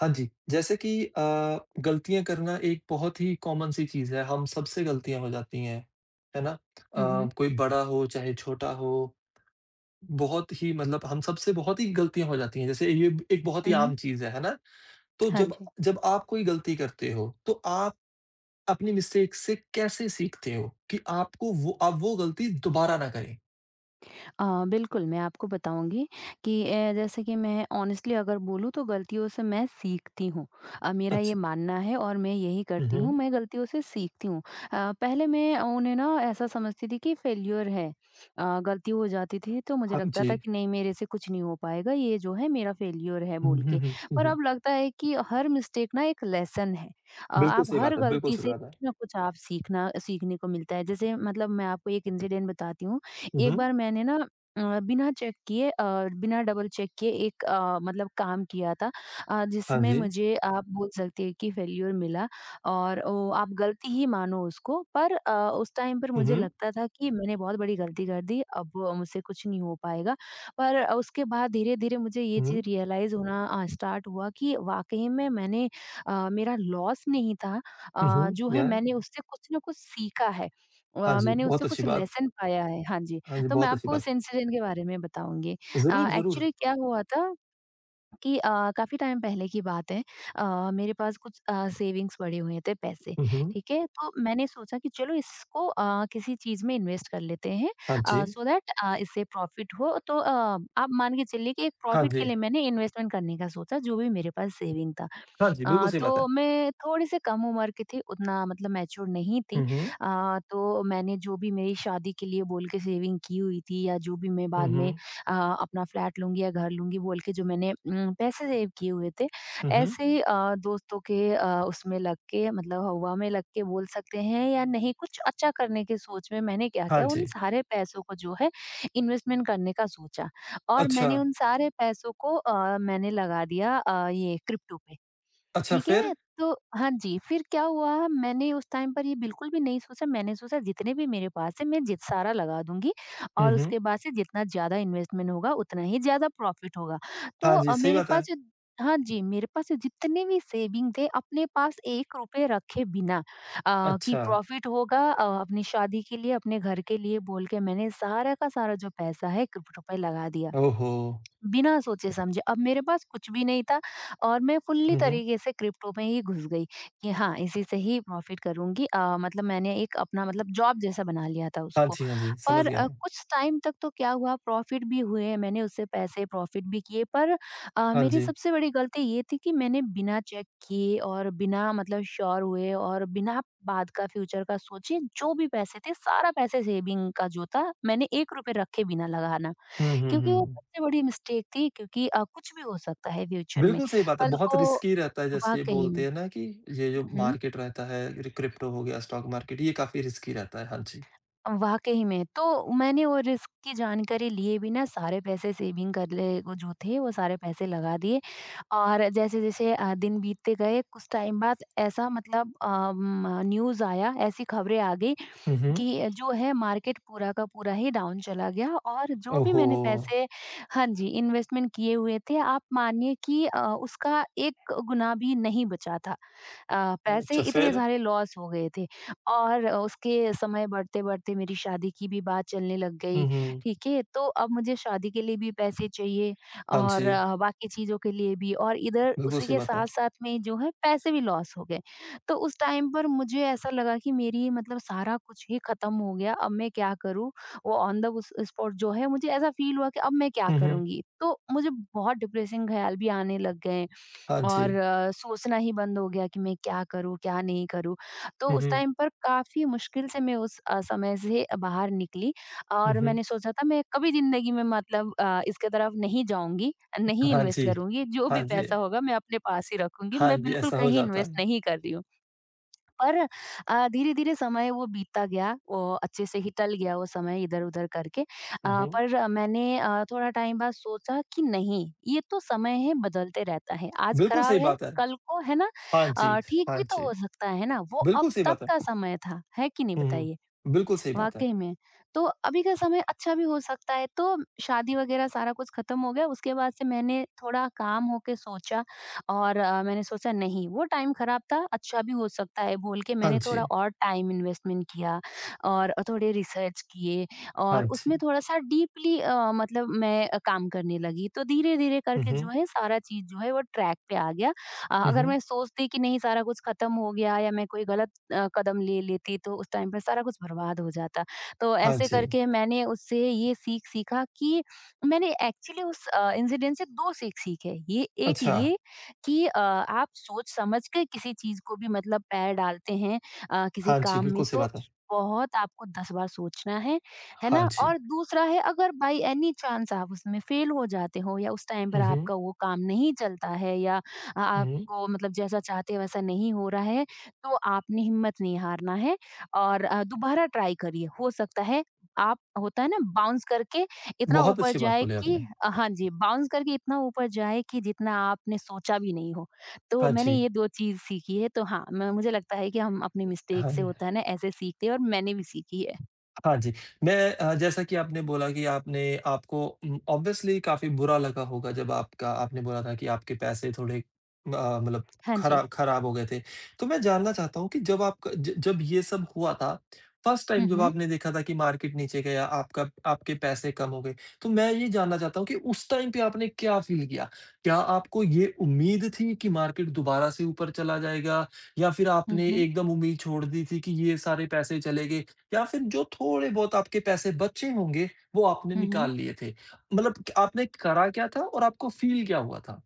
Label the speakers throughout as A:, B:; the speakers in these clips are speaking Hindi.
A: हाँ जी, जैसे कि गलतियाँ करना एक बहुत ही कॉमन सी चीज़ है, हम सबसे गलतियाँ हो जाती हैं, है ना?
B: हुँ, हुँ।
A: कोई बड़ा हो चाहे छोटा हो, बहुत ही मतलब हम सबसे बहुत ही गलतियाँ हो जाती हैं, जैसे ये एक बहुत ही
B: हुँ, हुँ।
A: आम चीज़ है ना? तो
B: हाँ
A: जब
B: जी।
A: जब आप कोई गलती करते हो, तो आप अपनी मिस्टेक से कैसे सीखते हो कि आपको वो गलती दोबारा ना करें?
B: बिल्कुल, मैं आपको बताऊँगी कि जैसे कि मैं ऑनेस्टली अगर बोलूँ तो गलतियों से मैं सीखती हूँ। मेरा ये
A: अच्छा।
B: मानना है और मैं यही
A: हुँ,
B: करती हूँ,
A: हुँ।
B: मैं गलतियों से सीखती हूँ। पहले मैं उन्हें ना ऐसा समझती थी कि फेल्योर है। गलती हो जाती थी तो मुझे
A: हाँ
B: लगता था
A: जी।
B: कि नहीं मेरे से कुछ नहीं हो पाएगा, ये जो है मेरा फेल्योर है
A: हुँ,
B: बोल
A: हुँ,
B: के।
A: हुँ, हुँ,
B: पर
A: हुँ।
B: अब लगता है कि हर मिस्टेक ना एक लेसन है।
A: बिल्कुल
B: आप
A: सही
B: हर
A: बात है, बिल्कुल
B: गलती
A: सही
B: से
A: बात है।
B: ना कुछ आप सीखना सीखने को मिलता है। जैसे मतलब मैं आपको एक इंसिडेंट बताती हूँ।
A: हुँ,
B: एक
A: हुँ।
B: बार मैंने ना बिना चेक किए बिना डबल चेक किए एक मतलब काम किया था
A: हाँ
B: जिसमें
A: जी।
B: मुझे आप बोल सकते हैं कि फेल्योर मिला और आप गलती ही मानो उसको। पर उस टाइम पर
A: हुँ,
B: मुझे
A: हुँ।
B: लगता था कि मैंने बहुत बड़ी गलती कर दी, अब मुझसे कुछ नहीं हो पाएगा। पर उसके बाद धीरे-धीरे मुझे ये चीज़
A: हुँ।
B: रियलाइज़ होना स्टार्ट हुआ कि वाक़ई में मेरा लॉस नहीं था।
A: हुँ, हुँ।
B: जो है
A: या
B: मैंने उससे कुछ ना कुछ सीखा है।
A: हाँ जी,
B: मैंने
A: बहुत
B: उससे
A: अच्छी
B: कुछ
A: बात।
B: लेसन पाया है। हाँ जी।
A: हाँ जी,
B: तो मैं
A: बहुत अच्छी
B: आपको
A: बात।
B: उस इंसिडेंट के बारे में बताऊँगी।
A: ज़रूर, ज़रूर।
B: एक्चुअली क्या हुआ था कि काफ़ी टाइम पहले की बात है। अ, मेरे पास कुछ सेविंग्स पड़े हुए थे पैसे,
A: हुँ, हुँ।
B: ठीक है? तो मैंने सोचा कि चलो इसको किसी चीज़ में इन्वेस्ट कर लेते हैं
A: हाँ जी।
B: सो दैट इससे प्रॉफ़िट हो। तो आप मान के चलिए कि एक
A: हाँ
B: प्रॉफ़िट के
A: जी।
B: लिए मैंने इन्वेस्टमेंट करने का सोचा, जो भी मेरे पास सेविंग था।
A: हाँ जी, बिल्कुल सही बात है।
B: तो मैं थोड़ी-सी कम उम्र की थी, उतना मतलब मैच्योर नहीं थी।
A: हुँ, हुँ।
B: तो मैंने जो भी मेरी शादी के लिए बोल के सेविंग की हुई थी, या जो भी मैं
A: हुँ,
B: बाद में
A: हुँ।
B: अ, अपना फ्लैट लूँगी या घर लूँगी बोल के जो मैंने पैसे सेव किए हुए थे,
A: हुँ, हुँ।
B: ऐसे ही दोस्तों के उसमें लग के मतलब हवा में लग के बोल सकते हैं या नहीं, कुछ अच्छा करने की सोच में मैंने क्या
A: हाँ
B: किया, उन
A: जी।
B: सारे पैसों को जो है इन्वेस्टमेंट करने का सोचा और
A: अच्छा।
B: मैंने उन सारे पैसों को मैंने लगा दिया ये क्रिप्टो पे।
A: अच्छा
B: ठीक
A: फिर?
B: है? तो हाँ जी, फिर क्या हुआ, मैंने उस टाइम पर ये बिल्कुल भी नहीं सोचा, मैंने सोचा जितने भी मेरे पास है मैं जित सारा लगा दूँगी
A: हुँ,
B: और
A: हुँ।
B: उसके बाद से जितना ज़्यादा इन्वेस्टमेंट होगा उतना ही ज़्यादा प्रॉफ़िट होगा। तो
A: हाँ जी,
B: अ,
A: सही
B: मेरे
A: बात
B: पास
A: है।
B: जो हाँ जी, मेरे पास जो जितने भी सेविंग थे अपने पास ₹1 रखे बिना, कि
A: अच्छा।
B: प्रॉफ़िट होगा अपनी शादी के लिए, अपने घर के लिए बोल के मैंने सारा का सारा जो पैसा है क्रिप्टो पे लगा दिया।
A: ओहो!
B: बिना सोचे-समझे। अब मेरे पास कुछ भी नहीं था और मैं फुल्ली
A: हुँ, हुँ।
B: तरीके से क्रिप्टो में ही घुस गई कि हाँ, इसी से ही प्रॉफ़िट करूँगी। मतलब मैंने एक अपना मतलब जॉब जैसा बना लिया था
A: हाँ
B: उसको।
A: जी, हाँ जी, समझ
B: पर
A: गया मैं।
B: कुछ टाइम तक तो क्या हुआ, प्रॉफ़िट भी हुए, मैंने उससे पैसे प्रॉफ़िट भी किए। पर
A: हाँ
B: मेरी
A: जी।
B: सबसे बड़ी गलती ये थी कि मैंने बिना चेक किए और बिना मतलब श्योर हुए और बिना बाद का फ्यूचर का सोचे जो भी पैसे थे, सारा पैसे सेविंग का जो था मैंने ₹1 रखे बिना लगाना।
A: हुँ, हुँ,
B: क्योंकि वो
A: हुँ।
B: सबसे बड़ी मिस्टेक थी, क्योंकि कुछ भी हो सकता है फ्यूचर में।
A: बिल्कुल सही बात है,
B: कल
A: बहुत
B: को
A: रिस्की रहता है जैसे ये
B: वाक़ई
A: बोलते
B: में
A: हैं ना कि ये जो
B: हुँ,
A: मार्केट रहता है, क्रिप्टो हो गया, स्टॉक मार्केट, ये काफ़ी रिस्की रहता है। हाँ जी।
B: वाक़ई में। तो मैंने वो रिस्क की जानकारी लिए बिना सारे पैसे सेविंग कर ले वो जो थे वो सारे पैसे लगा दिए और जैसे-जैसे दिन बीतते गए कुछ टाइम बाद ऐसा मतलब न्यूज़ आया, ऐसी खबरें आ गई
A: हुँ, हुँ।
B: कि जो है मार्केट पूरा का पूरा ही डाउन चला गया और जो भी
A: ओहो!
B: मैंने पैसे हाँ जी, इन्वेस्टमेंट किए हुए थे, आप मानिए कि उसका 1 गुना भी नहीं बचा था। पैसे
A: अच्छा
B: इतने
A: फिर?
B: सारे लॉस हो गए थे और उसके समय बढ़ते-बढ़ते मेरी शादी की भी बात चलने लग गई,
A: हुँ, हुँ।
B: ठीक है? तो अब मुझे शादी के लिए भी पैसे चाहिए
A: हाँ
B: और
A: जी,
B: बाकी चीज़ों के लिए भी, और इधर
A: बिल्कुल
B: उसी
A: सही
B: के
A: बात है।
B: साथ-साथ में जो है पैसे भी लॉस हो गए। तो उस टाइम पर मुझे ऐसा लगा कि मेरी मतलब सारा कुछ ही खत्म हो गया, अब मैं क्या करूँ? वो ऑन द उस स्पॉट जो है मुझे ऐसा फ़ील हुआ कि अब मैं क्या
A: हुँ, हुँ।
B: करूँगी? तो मुझे बहुत डिप्रेसिंग ख़्याल भी आने लग गए
A: हाँ
B: और
A: जी।
B: सोचना ही बंद हो गया कि मैं क्या करूँ, क्या नहीं करूँ? तो
A: हुँ,
B: उस
A: हुँ।
B: टाइम पर काफ़ी मुश्किल से मैं उस समय से बाहर निकली
A: हुँ,
B: और
A: हुँ।
B: मैंने सोचा था मैं कभी ज़िंदगी में मतलब इसके तरफ नहीं जाऊँगी, नहीं
A: हाँ
B: इन्वेस्ट
A: जी।
B: करूँगी, जो
A: हाँ
B: भी
A: जी।
B: पैसा होगा मैं अपने पास ही रखूँगी,
A: हाँ
B: मैं
A: जी,
B: बिल्कुल
A: ऐसा हो
B: कहीं
A: जाता
B: इन्वेस्ट
A: है।
B: नहीं कर रही हूँ। पर धीरे-धीरे समय वो बीतता गया, वो अच्छे से ही टल गया वो समय इधर-उधर करके।
A: हुँ,
B: अ,
A: हुँ।
B: पर अ, मैंने अ, थोड़ा टाइम बाद सोचा कि नहीं, ये तो समय है बदलते रहता है। आज
A: बिल्कुल सही
B: खराब है,
A: बात है।
B: कल को है ना
A: हाँ जी,
B: ठीक
A: हाँ
B: भी तो
A: जी।
B: हो सकता है ना? वो अब
A: बिल्कुल सही
B: तब
A: बात है।
B: का समय था, है कि नहीं
A: हुँ,
B: बताइए?
A: हुँ। बिल्कुल सही बात है।
B: वाक़ई में। तो अभी का समय अच्छा भी हो सकता है, तो शादी वग़ैरह सारा कुछ ख़त्म हो गया, उसके बाद से मैंने थोड़ा काम हो के सोचा और मैंने सोचा नहीं वो टाइम ख़राब था, अच्छा भी हो सकता है बोल के
A: हाँ
B: मैंने थोड़ा
A: जी,
B: और टाइम इन्वेस्टमेंट किया और थोड़े रिसर्च किए
A: हाँ
B: और उसमें
A: जी।
B: थोड़ा-सा डीपली मतलब मैं काम करने लगी। तो धीरे-धीरे
A: हुँ,
B: करके जो
A: हुँ।
B: है सारा चीज़ जो है वो ट्रैक पे आ गया।
A: हुँ,
B: अगर
A: हुँ।
B: मैं सोचती कि नहीं सारा कुछ ख़त्म हो गया या मैं कोई गलत कदम ले लेती तो उस टाइम पे सारा कुछ बर्बाद हो जाता। तो
A: हाँ
B: ऐसे
A: जी।
B: करके मैंने उससे ये सीख सीखा कि मैंने एक्चुअली उस इंसिडेंट से 2 सीख सीखे।
A: अच्छा,
B: ये कि आप सोच समझ के किसी चीज़ को भी मतलब पैर डालते हैं किसी
A: हाँ जी,
B: काम में,
A: बिल्कुल सही
B: तो
A: बात है।
B: बहुत आपको 10 बार सोचना है
A: हाँ
B: ना?
A: जी।
B: और दूसरा है, अगर बाई एनी चांस आप उसमें फेल हो जाते हो या उस टाइम पर
A: हुँ, हुँ।
B: आपका वो काम नहीं चलता है या
A: हुँ, हुँ।
B: आपको मतलब जैसा चाहते हैं वैसा नहीं हो रहा है, तो आपने हिम्मत नहीं हारना है और दोबारा ट्राई करिए। हो सकता है आप होता है ना बाउंस करके इतना
A: बहुत
B: ऊपर
A: अच्छी बात
B: जाए
A: बोली
B: कि
A: आपने।
B: हाँ जी, बाउंस करके इतना ऊपर जाए कि जितना आपने सोचा भी नहीं हो। तो
A: हाँ
B: मैंने
A: जी,
B: ये 2 चीज़ सीखी है। तो हाँ, मैं मुझे लगता है कि हम अपनी मिस्टेक
A: हाँ
B: से
A: जी।
B: होता है ना ऐसे सीखते हैं और मैंने भी सीखी है।
A: हाँ जी। मैं जैसा कि आपने बोला कि आपने आपको ऑब्वियसली काफ़ी बुरा लगा होगा जब आपका आपने बोला था कि आपके पैसे थोड़े मतलब
B: हाँ जी।
A: खराब हो गए थे। तो मैं जानना चाहता हूँ कि जब आपका ज जब ये सब हुआ था, फर्स्ट टाइम
B: हुँ,
A: जब
B: हुँ।
A: आपने देखा था कि मार्केट नीचे गया, आपका आपके पैसे कम हो गए, तो मैं ये जानना चाहता हूँ कि उस टाइम पे आपने क्या फ़ील किया? क्या आपको ये उम्मीद थी कि मार्केट दोबारा से ऊपर चला जाएगा या फिर
B: हुँ,
A: आपने
B: हुँ।
A: एकदम उम्मीद छोड़ दी थी कि ये सारे पैसे चले गए या फिर जो थोड़े बहुत आपके पैसे बचे होंगे, वो आपने
B: हुँ,
A: निकाल
B: हुँ।
A: लिए थे? मतलब क आपने करा क्या था और आपको फ़ील क्या हुआ था?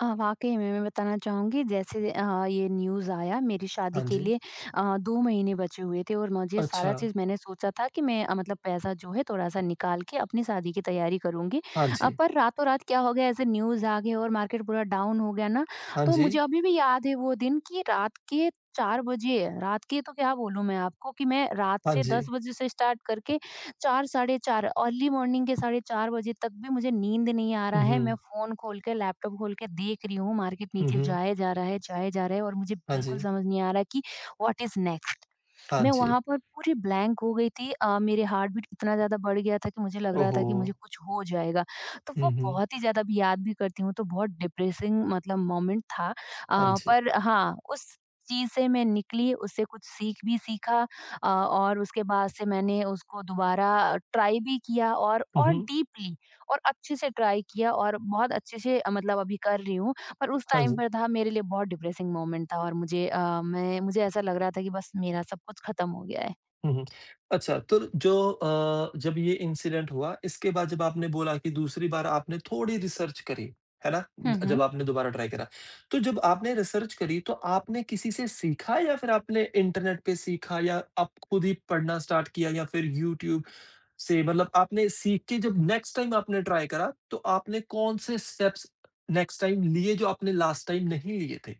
B: वाक़ई में मैं बताना चाहूँगी। जैसे ये न्यूज़ आया मेरी
A: हाँ
B: शादी के
A: जी।
B: लिए 2 महीने बचे हुए थे और मुझे
A: अच्छा।
B: सारा चीज़ मैंने सोचा था कि मैं मतलब पैसा जो है थोड़ा-सा निकाल के अपनी शादी की तैयारी करूँगी।
A: हाँ जी।
B: पर रातों-रात क्या हो गया, ऐसे न्यूज़ आ गए और मार्केट पूरा डाउन हो गया ना,
A: हाँ
B: तो
A: जी।
B: मुझे अभी भी याद है वो दिन, कि रात के 4 बजे रात के तो क्या बोलूँ मैं आपको कि मैं रात
A: हाँ
B: से 10
A: जी।
B: बजे से स्टार्ट करके 4 साढ़े 4 अर्ली मॉर्निंग के साढ़े 4 बजे तक भी मुझे नींद नहीं आ
A: हुँ,
B: रहा है। मैं
A: हुँ।
B: फ़ोन खोल के, लैपटॉप खोल के देख रही हूँ, मार्केट
A: हुँ,
B: नीचे
A: हुँ।
B: जाया जा रहा है और मुझे
A: हाँ
B: बिल्कुल
A: जी।
B: समझ नहीं आ रहा कि व्हाट इज़ नेक्स्ट?
A: हाँ
B: मैं
A: जी।
B: वहाँ पर पूरी ब्लैंक हो गई थी। मेरे हार्ट बीट इतना ज़्यादा बढ़ गया था कि मुझे लग
A: ओह
B: रहा
A: हो!
B: था कि मुझे कुछ हो जाएगा। तो
A: हुँ,
B: वो
A: हुँ।
B: बहुत ही ज़्यादा, अभी याद भी करती हूँ तो बहुत डिप्रेसिंग मतलब मोमेंट था।
A: हाँ जी।
B: पर हाँ, उस चीज़ से मैं निकली, उससे कुछ सीख भी सीखा। और उसके बाद से मैंने उसको दोबारा ट्राई भी किया और
A: हुँ, हुँ।
B: डीपली और अच्छे से ट्राई किया और बहुत अच्छे से मतलब अभी कर रही हूँ। पर उस
A: हाँ
B: टाइम
A: जी।
B: पर था, मेरे लिए बहुत डिप्रेसिंग मोमेंट था और मुझे अ, मैं मुझे ऐसा लग रहा था कि बस मेरा सब कुछ खत्म हो गया है।
A: हुँ, हुँ। अच्छा तो जब ये इंसिडेंट हुआ इसके बाद जब आपने बोला कि दूसरी बार आपने थोड़ी रिसर्च करी, है ना?
B: हुँ,
A: जब
B: हुँ।
A: आपने दोबारा ट्राई करा। तो जब आपने रिसर्च करी तो आपने किसी से सीखा या फिर आपने इंटरनेट पे सीखा या आप खुद ही पढ़ना स्टार्ट किया या फिर यूट्यूब से मतलब आपने सीख के जब नेक्स्ट टाइम आपने ट्राई करा तो आपने कौन से स्टेप्स नेक्स्ट टाइम लिए जो आपने लास्ट टाइम नहीं लिए थे?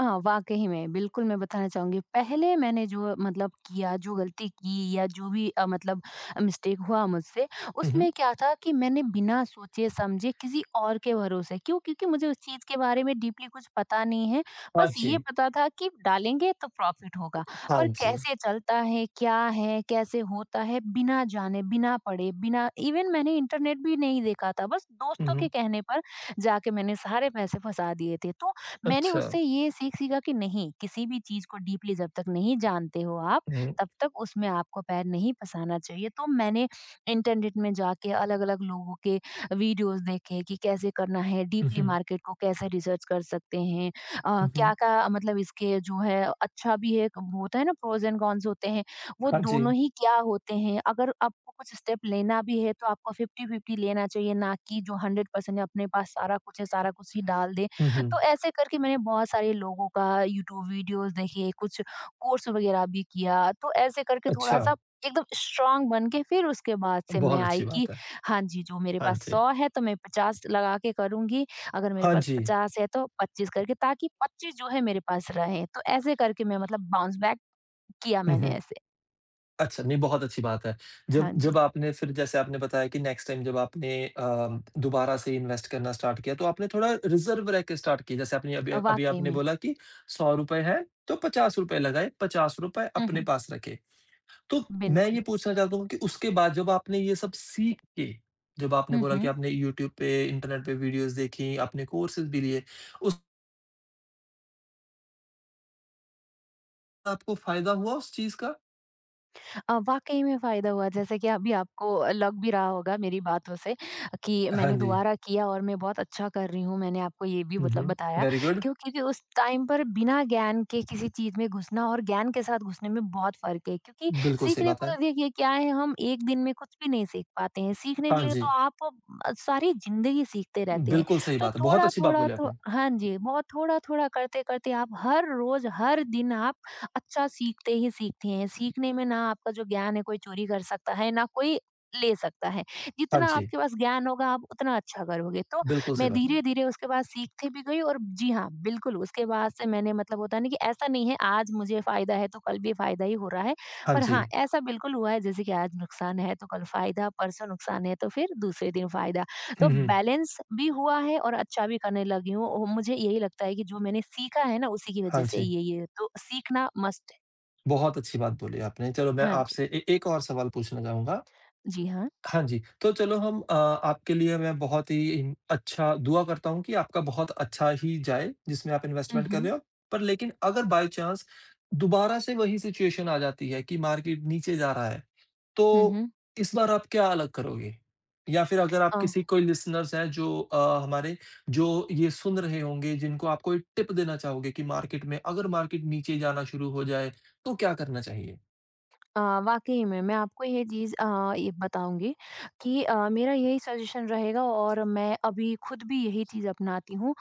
B: हाँ, वाक़ई में, बिल्कुल मैं बताना चाहूँगी। पहले मैंने जो मतलब किया, जो गलती की या जो भी मतलब मिस्टेक हुआ मुझसे,
A: हुँ,
B: उसमें
A: हुँ।
B: क्या था कि मैंने बिना सोचे-समझे किसी और के भरोसे क्यों? क्योंकि मुझे उस चीज़ के बारे में डीपली कुछ पता नहीं है।
A: हाँ
B: बस ये
A: जी।
B: पता था कि डालेंगे तो प्रॉफ़िट होगा,
A: हाँ
B: पर
A: जी।
B: कैसे चलता है, क्या है, कैसे होता है, बिना जाने, बिना पढ़े, बिना इवन मैंने इंटरनेट भी नहीं देखा था। बस
A: हुँ,
B: दोस्तों के
A: हुँ।
B: कहने पर जाके मैंने सारे पैसे फँसा दिए थे। तो मैंने
A: अच्छा।
B: उससे ये सीख सीखा कि नहीं किसी भी चीज को डीपली जब तक नहीं जानते हो आप
A: हुँ।
B: तब तक उसमें आपको पैर नहीं फंसाना चाहिए। तो मैंने इंटरनेट में जाके अलग अलग लोगों के वीडियोस देखे कि कैसे करना है,
A: हुँ,
B: डीपली
A: हुँ।
B: मार्केट को कैसे रिसर्च कर सकते हैं।
A: हुँ, हुँ।
B: क्या क्या मतलब इसके जो है अच्छा भी है, होता है ना, प्रोज एंड कॉन्स होते हैं। वो
A: हाँ जी।
B: दोनों ही क्या होते हैं, अगर आपको कुछ स्टेप लेना भी है तो आपको फिफ्टी फिफ्टी लेना चाहिए, ना कि जो हंड्रेड परसेंट अपने पास सारा कुछ है सारा कुछ ही डाल दे
A: हुँ, हुँ।
B: तो ऐसे करके मैंने बहुत सारे लोगों का यूट्यूब वीडियोस देखे, कुछ कोर्स वगैरह भी किया, तो ऐसे करके
A: अच्छा,
B: थोड़ा-सा एकदम स्ट्रॉन्ग बन के फिर उसके बाद से
A: बहुत
B: मैं आई
A: अच्छी
B: कि
A: बात है।
B: हाँ जी, जो मेरे
A: हाँ
B: पास
A: जी।
B: 100 है तो मैं 50 लगा के करूँगी, अगर मेरे
A: हाँ
B: पास
A: जी।
B: 50 है तो 25 करके ताकि 25 जो है मेरे पास रहें। तो ऐसे करके मैं मतलब बाउंस बैक किया
A: हुँ,
B: मैंने
A: हुँ।
B: ऐसे।
A: अच्छा, नहीं बहुत अच्छी बात है। जब
B: हाँ जी,
A: जब आपने फिर जैसे आपने बताया कि नेक्स्ट टाइम जब आपने दोबारा से इन्वेस्ट करना स्टार्ट किया, तो आपने थोड़ा रिज़र्व रख के स्टार्ट किया। जैसे आपने अभी अभी
B: वाक़ई
A: आपने
B: में।
A: बोला कि ₹100 है, तो ₹50 लगाए, ₹50
B: हुँ,
A: अपने
B: हुँ।
A: पास रखे। तो मैं ये
B: बिल्कुल।
A: पूछना चाहता हूँ कि उसके बाद जब आपने ये सब सीख के, जब आपने
B: हुँ,
A: बोला कि
B: हुँ।
A: आपने यूट्यूब पे, इंटरनेट पे वीडियोज़ देखी, आपने कोर्सेज़ भी लिए, उस आपको फ़ायदा हुआ उस चीज़ का?
B: वाक़ई में फ़ायदा हुआ। जैसे कि अभी आपको लग भी रहा होगा मेरी बातों से कि
A: हाँ
B: मैंने
A: जी।
B: दोबारा किया और मैं बहुत अच्छा कर रही हूँ। मैंने आपको ये भी
A: हुँ,
B: मतलब
A: हुँ।
B: बताया
A: वेरी गुड।
B: क्यों, क्योंकि उस टाइम पर बिना ज्ञान के किसी चीज़ में घुसना और ज्ञान के साथ घुसने में बहुत फ़र्क है। क्योंकि
A: बिल्कुल सही
B: सीखने
A: बात
B: को
A: है।
B: तो देखिए क्या है, हम एक दिन में कुछ भी नहीं सीख पाते हैं। सीखने
A: हाँ
B: के लिए तो
A: जी।
B: आप सारी ज़िंदगी सीखते रहते हैं।
A: बिल्कुल सही
B: तो
A: बात है। बहुत अच्छी बात
B: थोड़ा-थोड़ा
A: बोली
B: तो
A: आपने।
B: हाँ जी, बहुत थोड़ा-थोड़ा करते-करते आप हर रोज़ हर दिन आप अच्छा सीखते ही सीखते हैं। सीखने में ना आपका जो ज्ञान है कोई चोरी कर सकता है, ना कोई ले सकता है।
A: हाँ
B: जितना
A: जी।
B: आपके पास ज्ञान होगा आप उतना अच्छा करोगे। तो
A: बिल्कुल सही
B: मैं
A: बात है।
B: धीरे-धीरे उसके बाद सीखती भी गई और जी हाँ, बिल्कुल उसके बाद से मैंने मतलब होता है ना कि ऐसा नहीं है आज मुझे फ़ायदा है तो कल भी फ़ायदा ही हो रहा है।
A: हाँ
B: पर
A: जी।
B: हाँ, ऐसा बिल्कुल हुआ है जैसे कि आज नुकसान है तो कल फ़ायदा, परसों नुकसान है तो फिर दूसरे दिन फ़ायदा। तो
A: हुँ, हुँ।
B: बैलेंस भी हुआ है और अच्छा भी करने लगी हूँ और मुझे यही लगता है कि जो मैंने सीखा है ना, उसी की
A: हाँ
B: वजह से।
A: जी।
B: ये तो सीखना मस्ट है।
A: बहुत अच्छी बात बोली आपने। चलो मैं
B: हाँ जी।
A: आपसे ए एक और सवाल पूछना चाहूँगा।
B: जी हाँ।
A: हाँ जी, तो चलो हम आपके लिए मैं बहुत ही अच्छा दुआ करता हूँ कि आपका बहुत अच्छा ही जाए, जिसमें आप
B: हुँ,
A: इन्वेस्टमेंट कर
B: हुँ।
A: रहे हो। पर लेकिन अगर बाय चांस दोबारा से वही सिचुएशन आ जाती है कि मार्केट नीचे जा रहा है,
B: हुँ,
A: तो
B: हुँ।
A: इस बार आप क्या अलग करोगे? या फिर अगर आप किसी कोई लिसनर्स हैं जो हमारे जो ये सुन रहे होंगे, जिनको आप कोई टिप देना चाहोगे कि मार्केट में अगर मार्केट नीचे जाना शुरू हो जाए, तो क्या करना चाहिए?
B: अ, वाक़ई में, मैं आपको ये चीज़ ये बताऊँगी कि मेरा यही सजेशन रहेगा और मैं अभी खुद भी यही चीज़ अपनाती हूँ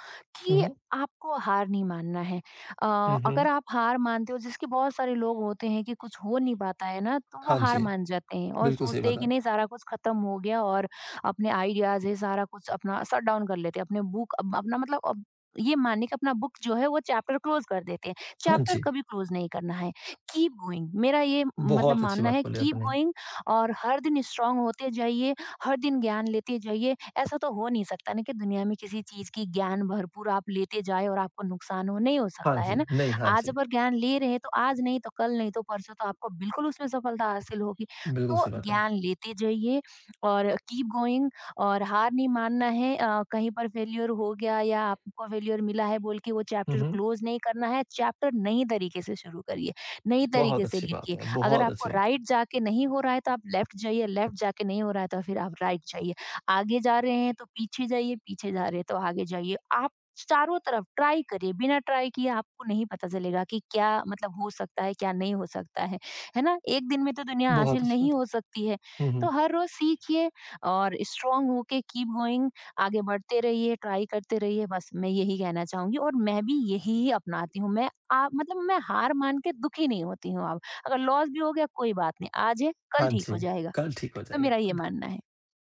A: हुँ,
B: कि
A: हुँ।
B: आपको हार नहीं मानना है। अ,
A: हुँ,
B: अगर
A: हुँ।
B: आप हार मानते हो, जिसके बहुत सारे लोग होते हैं कि कुछ हो नहीं पाता है ना, तो वो
A: हाँ
B: हार
A: जी,
B: मान जाते हैं और
A: बिल्कुल सही
B: सोचते हैं कि
A: बताया।
B: नहीं सारा कुछ ख़त्म हो गया और अपने आइडियाज़ है सारा कुछ अपना शट डाउन कर लेते हैं, अपने बुक अप अपना मतलब अब ये मानने का अपना बुक जो है वो चैप्टर क्लोज़ कर देते हैं।
A: हाँ
B: चैप्टर
A: जी।
B: कभी क्लोज़ नहीं करना है। कीप गोइंग मेरा ये मतलब
A: बहुत अच्छी
B: मानना
A: बात
B: है,
A: बोली
B: कीप
A: आपने।
B: गोइंग और हर दिन स्ट्रांग होते जाइए, हर दिन ज्ञान लेते जाइए। ऐसा तो हो नहीं सकता ना कि दुनिया में किसी चीज़ की ज्ञान भरपूर आप लेते जाएँ और आपको नुकसान हो, नहीं हो
A: हाँ
B: सकता, है ना?
A: जी, नहीं, हाँ
B: आज
A: जी,
B: अगर ज्ञान ले रहे हैं तो आज नहीं तो कल, नहीं तो परसों तो आपको बिल्कुल उसमें सफलता हासिल होगी।
A: बिल्कुल
B: तो
A: सही बात है।
B: ज्ञान लेते जाइए और कीप गोइंग और हार नहीं मानना है। कहीं पर फेल्योर हो गया या आपको फेल्योर मिला है बोल के वो
A: हुँ,
B: चैप्टर
A: हुँ,
B: क्लोज़ नहीं करना है, चैप्टर नए तरीके से शुरू करिए। नई
A: बहुत
B: तरीके से
A: अच्छी बात
B: लिखिए।
A: है,
B: अगर
A: बहुत
B: आपको
A: अच्छी बात है,
B: राइट जाके नहीं हो रहा है तो आप लेफ्ट जाइए, लेफ्ट जाके नहीं हो रहा है तो फिर आप राइट जाइए। आगे जा रहे हैं तो पीछे जाइए, पीछे जा रहे हैं तो आगे जाइए। आप चारों तरफ ट्राई करिए, बिना ट्राई किए आपको नहीं पता चलेगा कि क्या मतलब हो सकता है, क्या नहीं हो सकता है। है ना? एक दिन में तो दुनिया
A: बहुत
B: हासिल
A: अच्छी
B: नहीं
A: बात
B: हो
A: है।
B: सकती है।
A: हुँ, हुँ।
B: तो हर रोज़ सीखिए और स्ट्रॉन्ग होके कीप गोइंग, आगे बढ़ते रहिए, ट्राई करते रहिए। बस मैं यही कहना चाहूँगी और मैं भी यही अपनाती हूँ। मैं आप मतलब मैं हार मान के दुखी नहीं होती हूँ अब। अगर लॉस भी हो गया कोई बात नहीं, आज है कल
A: हाँ
B: ठीक
A: जी,
B: हो जाएगा।
A: कल ठीक हो
B: तो मेरा ये
A: जाएगा।
B: मानना है।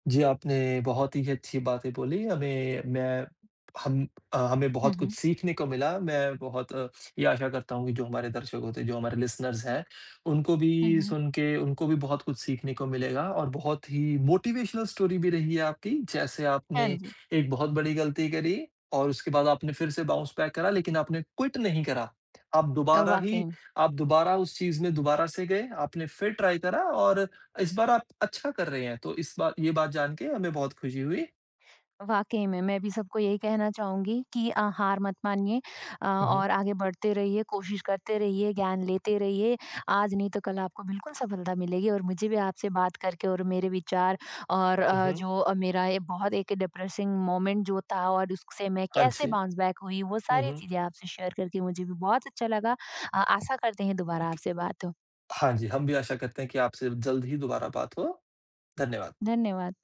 A: जी, आपने बहुत ही अच्छी बातें बोली। हमें मैं हम अ, हमें
B: हुँ,
A: बहुत कुछ
B: हुँ।
A: सीखने को मिला। मैं बहुत ये आशा करता हूँ कि जो हमारे दर्शक होते हैं, जो हमारे लिसनर्स हैं, उनको
B: हुँ,
A: भी
B: हुँ।
A: सुन के उनको भी बहुत कुछ सीखने को मिलेगा और बहुत ही मोटिवेशनल स्टोरी भी रही है आपकी। जैसे
B: हाँ
A: आपने
B: जी।
A: एक बहुत बड़ी गलती करी और उसके बाद आपने फिर से बाउंस बैक करा, लेकिन आपने क्विट नहीं करा। आप दोबारा
B: वाक़ई
A: ही
B: में।
A: आप दोबारा उस चीज़ में दोबारा से गए, आपने फिर ट्राई करा और इस बार आप अच्छा कर रहे हैं, तो इस बार ये बात जान के हमें बहुत खुशी हुई।
B: वाक़ई में, मैं भी सबको यही कहना चाहूँगी कि हार मत मानिए,
A: हुँ, हुँ।
B: और आगे बढ़ते रहिए, कोशिश करते रहिए, ज्ञान लेते रहिए। आज नहीं तो कल आपको बिल्कुल सफलता मिलेगी और मुझे भी आपसे बात करके और मेरे विचार और
A: हुँ, हुँ।
B: मेरा ये बहुत एक डिप्रेसिंग मोमेंट जो था और उससे मैं
A: हाँ
B: कैसे
A: जी।
B: बाउंस बैक हुई, वो
A: हुँ,
B: सारी
A: हुँ।
B: चीज़ें आपसे शेयर करके मुझे भी बहुत अच्छा लगा। आशा करते हैं दोबारा
A: अक
B: आपसे बात हो।
A: हाँ जी, हम भी आशा करते हैं कि आपसे जल्द ही दोबारा बात हो। धन्यवाद।
B: धन्यवाद।